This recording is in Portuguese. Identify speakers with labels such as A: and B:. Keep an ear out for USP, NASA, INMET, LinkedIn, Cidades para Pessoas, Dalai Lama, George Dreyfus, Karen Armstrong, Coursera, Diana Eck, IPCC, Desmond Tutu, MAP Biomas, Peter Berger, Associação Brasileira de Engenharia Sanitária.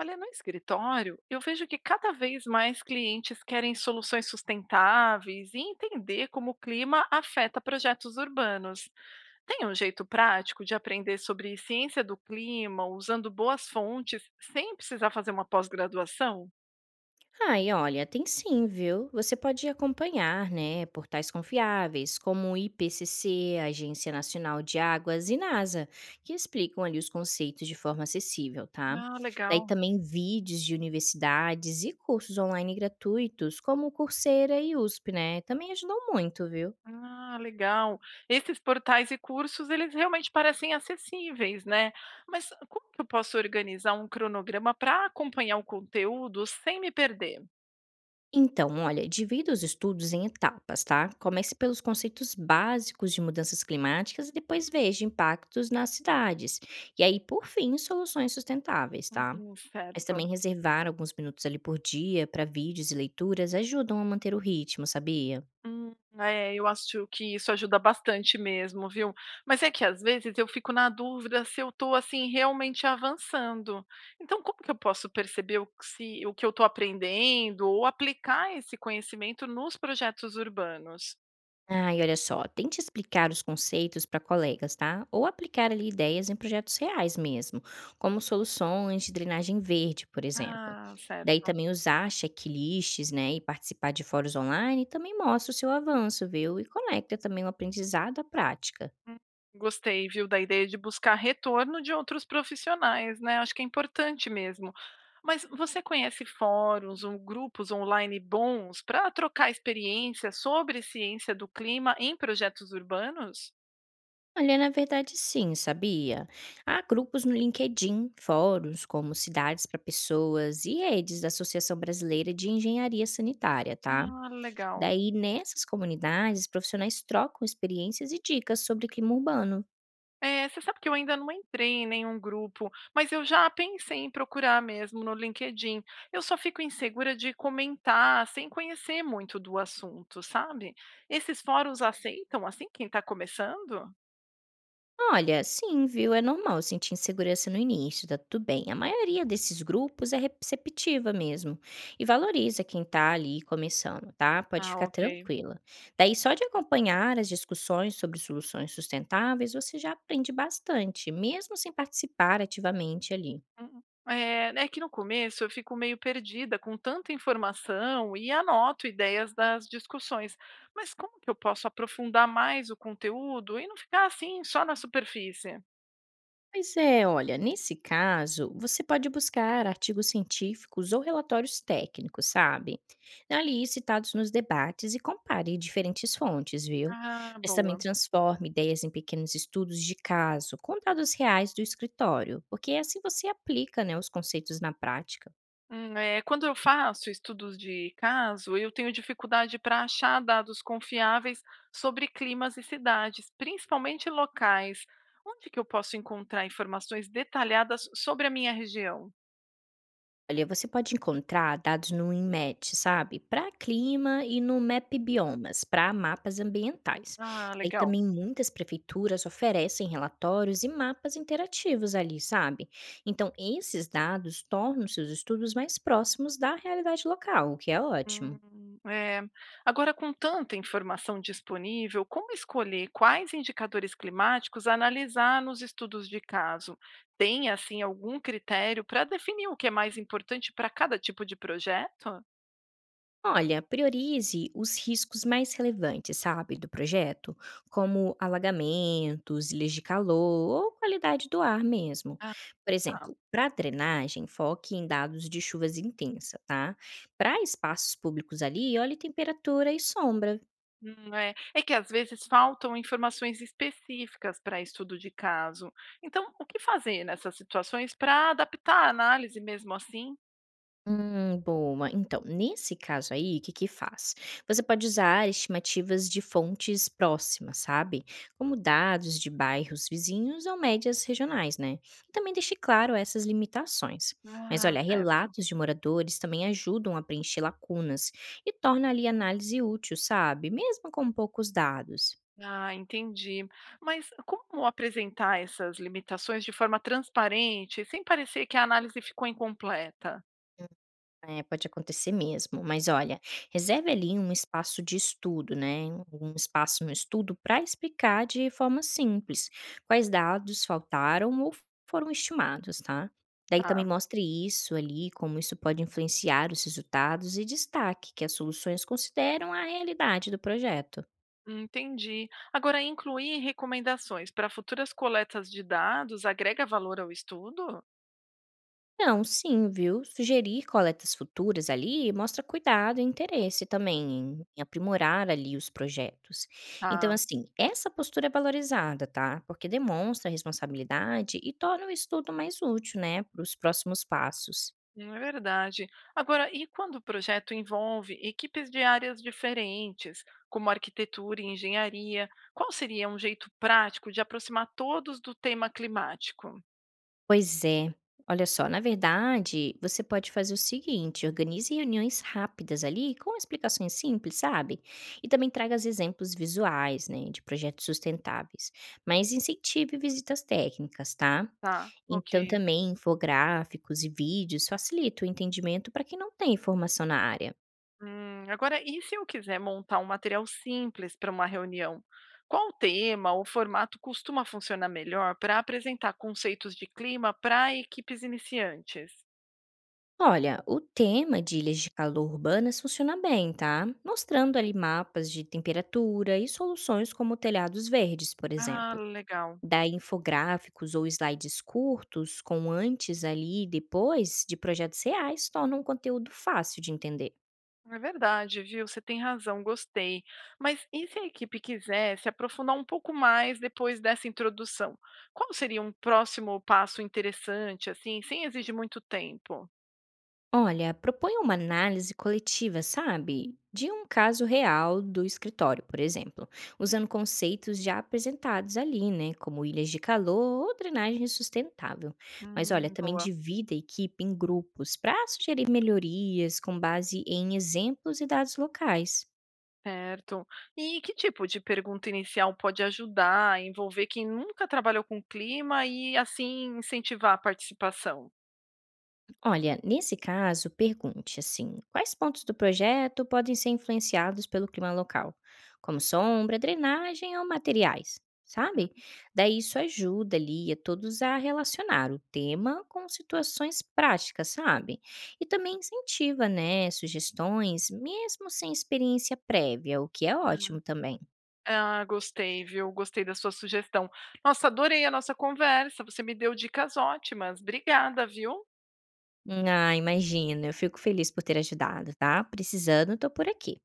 A: Olha, no escritório, eu vejo que cada vez mais clientes querem soluções sustentáveis e entender como o clima afeta projetos urbanos. Tem um jeito prático de aprender sobre ciência do clima usando boas fontes sem precisar fazer uma pós-graduação?
B: Ai, olha, tem sim, viu? Você pode acompanhar, né, portais confiáveis como o IPCC, a Agência Nacional de Águas e NASA, que explicam ali os conceitos de forma acessível, tá?
A: Ah,
B: Daí
A: legal.
B: também vídeos de universidades e cursos online gratuitos como o Coursera e USP, né? Também ajudam muito, viu?
A: Ah, legal. Esses portais e cursos, eles realmente parecem acessíveis, né? Mas como que eu posso organizar um cronograma para acompanhar o conteúdo sem me perder?
B: Então, olha, divida os estudos em etapas, tá? Comece pelos conceitos básicos de mudanças climáticas e depois veja impactos nas cidades. E aí, por fim, soluções sustentáveis, tá? Mas
A: Certo.
B: também reservar alguns minutos ali por dia para vídeos e leituras ajudam a manter o ritmo, sabia?
A: É, eu acho que isso ajuda bastante mesmo, viu. Mas é que às vezes eu fico na dúvida se eu estou, assim, realmente avançando. Então como que eu posso perceber o que se o que eu estou aprendendo ou aplicar esse conhecimento nos projetos urbanos?
B: Ah, e olha só, tente explicar os conceitos para colegas, tá? Ou aplicar ali ideias em projetos reais mesmo, como soluções de drenagem verde, por exemplo.
A: Ah,
B: Daí
A: certo.
B: também usar checklists, né, e participar de fóruns online também mostra o seu avanço, viu? E conecta também o aprendizado à prática.
A: Hum, Gostei, viu, da ideia de buscar retorno de outros profissionais, né? Acho que é importante mesmo. Mas você conhece fóruns ou grupos online bons para trocar experiências sobre ciência do clima em projetos urbanos?
B: Olha, na verdade, sim, sabia? Há grupos no LinkedIn, fóruns como Cidades para Pessoas e redes da Associação Brasileira de Engenharia Sanitária, tá?
A: Ah, legal.
B: Daí, nessas comunidades, profissionais trocam experiências e dicas sobre clima urbano.
A: É, você sabe que eu ainda não entrei em nenhum grupo, mas eu já pensei em procurar mesmo no LinkedIn. Eu só fico insegura de comentar sem conhecer muito do assunto, sabe? Esses fóruns aceitam assim quem está começando?
B: Olha, sim, viu? É normal sentir insegurança no início, tá tudo bem. A maioria desses grupos é receptiva mesmo e valoriza quem tá ali começando, tá? Pode
A: Ah,
B: ficar
A: ok.
B: tranquila. Daí, só de acompanhar as discussões sobre soluções sustentáveis, você já aprende bastante, mesmo sem participar ativamente ali.
A: É, é que no começo eu fico meio perdida com tanta informação e anoto ideias das discussões. Mas como que eu posso aprofundar mais o conteúdo e não ficar assim só na superfície?
B: Pois é, olha, nesse caso, você pode buscar artigos científicos ou relatórios técnicos, sabe? Ali citados nos debates e compare diferentes fontes, viu?
A: Ah,
B: Mas também
A: boa.
B: transforme ideias em pequenos estudos de caso, com dados reais do escritório, porque assim você aplica, né, os conceitos na prática.
A: É, quando eu faço estudos de caso, eu tenho dificuldade para achar dados confiáveis sobre climas e cidades, principalmente locais. Onde que eu posso encontrar informações detalhadas sobre a minha região?
B: Olha, você pode encontrar dados no INMET, sabe? Para clima e no MAP Biomas, para mapas ambientais.
A: Ah,
B: Aí
A: legal.
B: também muitas prefeituras oferecem relatórios e mapas interativos ali, sabe? Então, esses dados tornam seus estudos mais próximos da realidade local, o que é ótimo.
A: É. Agora, com tanta informação disponível, como escolher quais indicadores climáticos analisar nos estudos de caso? Tem, assim, algum critério para definir o que é mais importante para cada tipo de projeto?
B: Olha, priorize os riscos mais relevantes, sabe, do projeto, como alagamentos, ilhas de calor ou qualidade do ar mesmo. Por
A: Ah,
B: exemplo, para drenagem, foque em dados de chuvas intensa, tá? Para espaços públicos ali, olhe temperatura e sombra.
A: é. É que às vezes faltam informações específicas para estudo de caso. Então, o que fazer nessas situações para adaptar a análise mesmo assim?
B: Boa. Então, nesse caso aí, o que que faz? Você pode usar estimativas de fontes próximas, sabe? Como dados de bairros vizinhos ou médias regionais, né? E também deixe claro essas limitações. Mas
A: Ah,
B: olha,
A: certo.
B: relatos de moradores também ajudam a preencher lacunas e torna ali a análise útil, sabe? Mesmo com poucos dados.
A: Ah, entendi. Mas como apresentar essas limitações de forma transparente, sem parecer que a análise ficou incompleta?
B: É, pode acontecer mesmo. Mas olha, reserve ali um espaço de estudo, né? Um espaço no estudo para explicar de forma simples quais dados faltaram ou foram estimados, tá? Daí também
A: Tá,
B: mostre isso ali, como isso pode influenciar os resultados e destaque que as soluções consideram a realidade do projeto.
A: entendi. Agora, incluir recomendações para futuras coletas de dados agrega valor ao estudo?
B: Não, sim, viu? Sugerir coletas futuras ali mostra cuidado e interesse também em aprimorar ali os projetos. Então,
A: Ah,
B: assim, essa postura é valorizada, tá? Porque demonstra responsabilidade e torna o estudo mais útil, né, para os próximos passos.
A: é verdade. Agora, e quando o projeto envolve equipes de áreas diferentes, como arquitetura e engenharia, qual seria um jeito prático de aproximar todos do tema climático?
B: Pois é. Olha só, na verdade, você pode fazer o seguinte: organize reuniões rápidas ali, com explicações simples, sabe? E também traga os exemplos visuais, né, de projetos sustentáveis. Mas incentive visitas técnicas, tá?
A: Tá,
B: Então,
A: ok.
B: também infográficos e vídeos facilita o entendimento para quem não tem formação na área.
A: Agora, e se eu quiser montar um material simples para uma reunião? Qual tema ou formato costuma funcionar melhor para apresentar conceitos de clima para equipes iniciantes?
B: Olha, o tema de ilhas de calor urbanas funciona bem, tá? Mostrando ali mapas de temperatura e soluções como telhados verdes, por
A: Ah,
B: exemplo.
A: legal.
B: Dar infográficos ou slides curtos com antes ali e depois de projetos reais torna um conteúdo fácil de entender.
A: É verdade, viu? Você tem razão, gostei. Mas e se a equipe quiser se aprofundar um pouco mais depois dessa introdução? Qual seria um próximo passo interessante, assim, sem exigir muito tempo?
B: Olha, propõe uma análise coletiva, sabe? De um caso real do escritório, por exemplo, usando conceitos já apresentados ali, né? Como ilhas de calor ou drenagem sustentável. Mas olha, também
A: Boa.
B: divida a equipe em grupos para sugerir melhorias com base em exemplos e dados locais.
A: Certo. E que tipo de pergunta inicial pode ajudar a envolver quem nunca trabalhou com clima e, assim, incentivar a participação?
B: Olha, nesse caso, pergunte assim: quais pontos do projeto podem ser influenciados pelo clima local, como sombra, drenagem ou materiais, sabe? Daí isso ajuda ali a todos a relacionar o tema com situações práticas, sabe? E também incentiva, né, sugestões, mesmo sem experiência prévia, o que é ótimo também.
A: Ah, ah, gostei, viu? Gostei da sua sugestão. Nossa, adorei a nossa conversa. Você me deu dicas ótimas. Obrigada, viu?
B: Ah, imagina, eu fico feliz por ter ajudado, tá? Precisando, tô por aqui.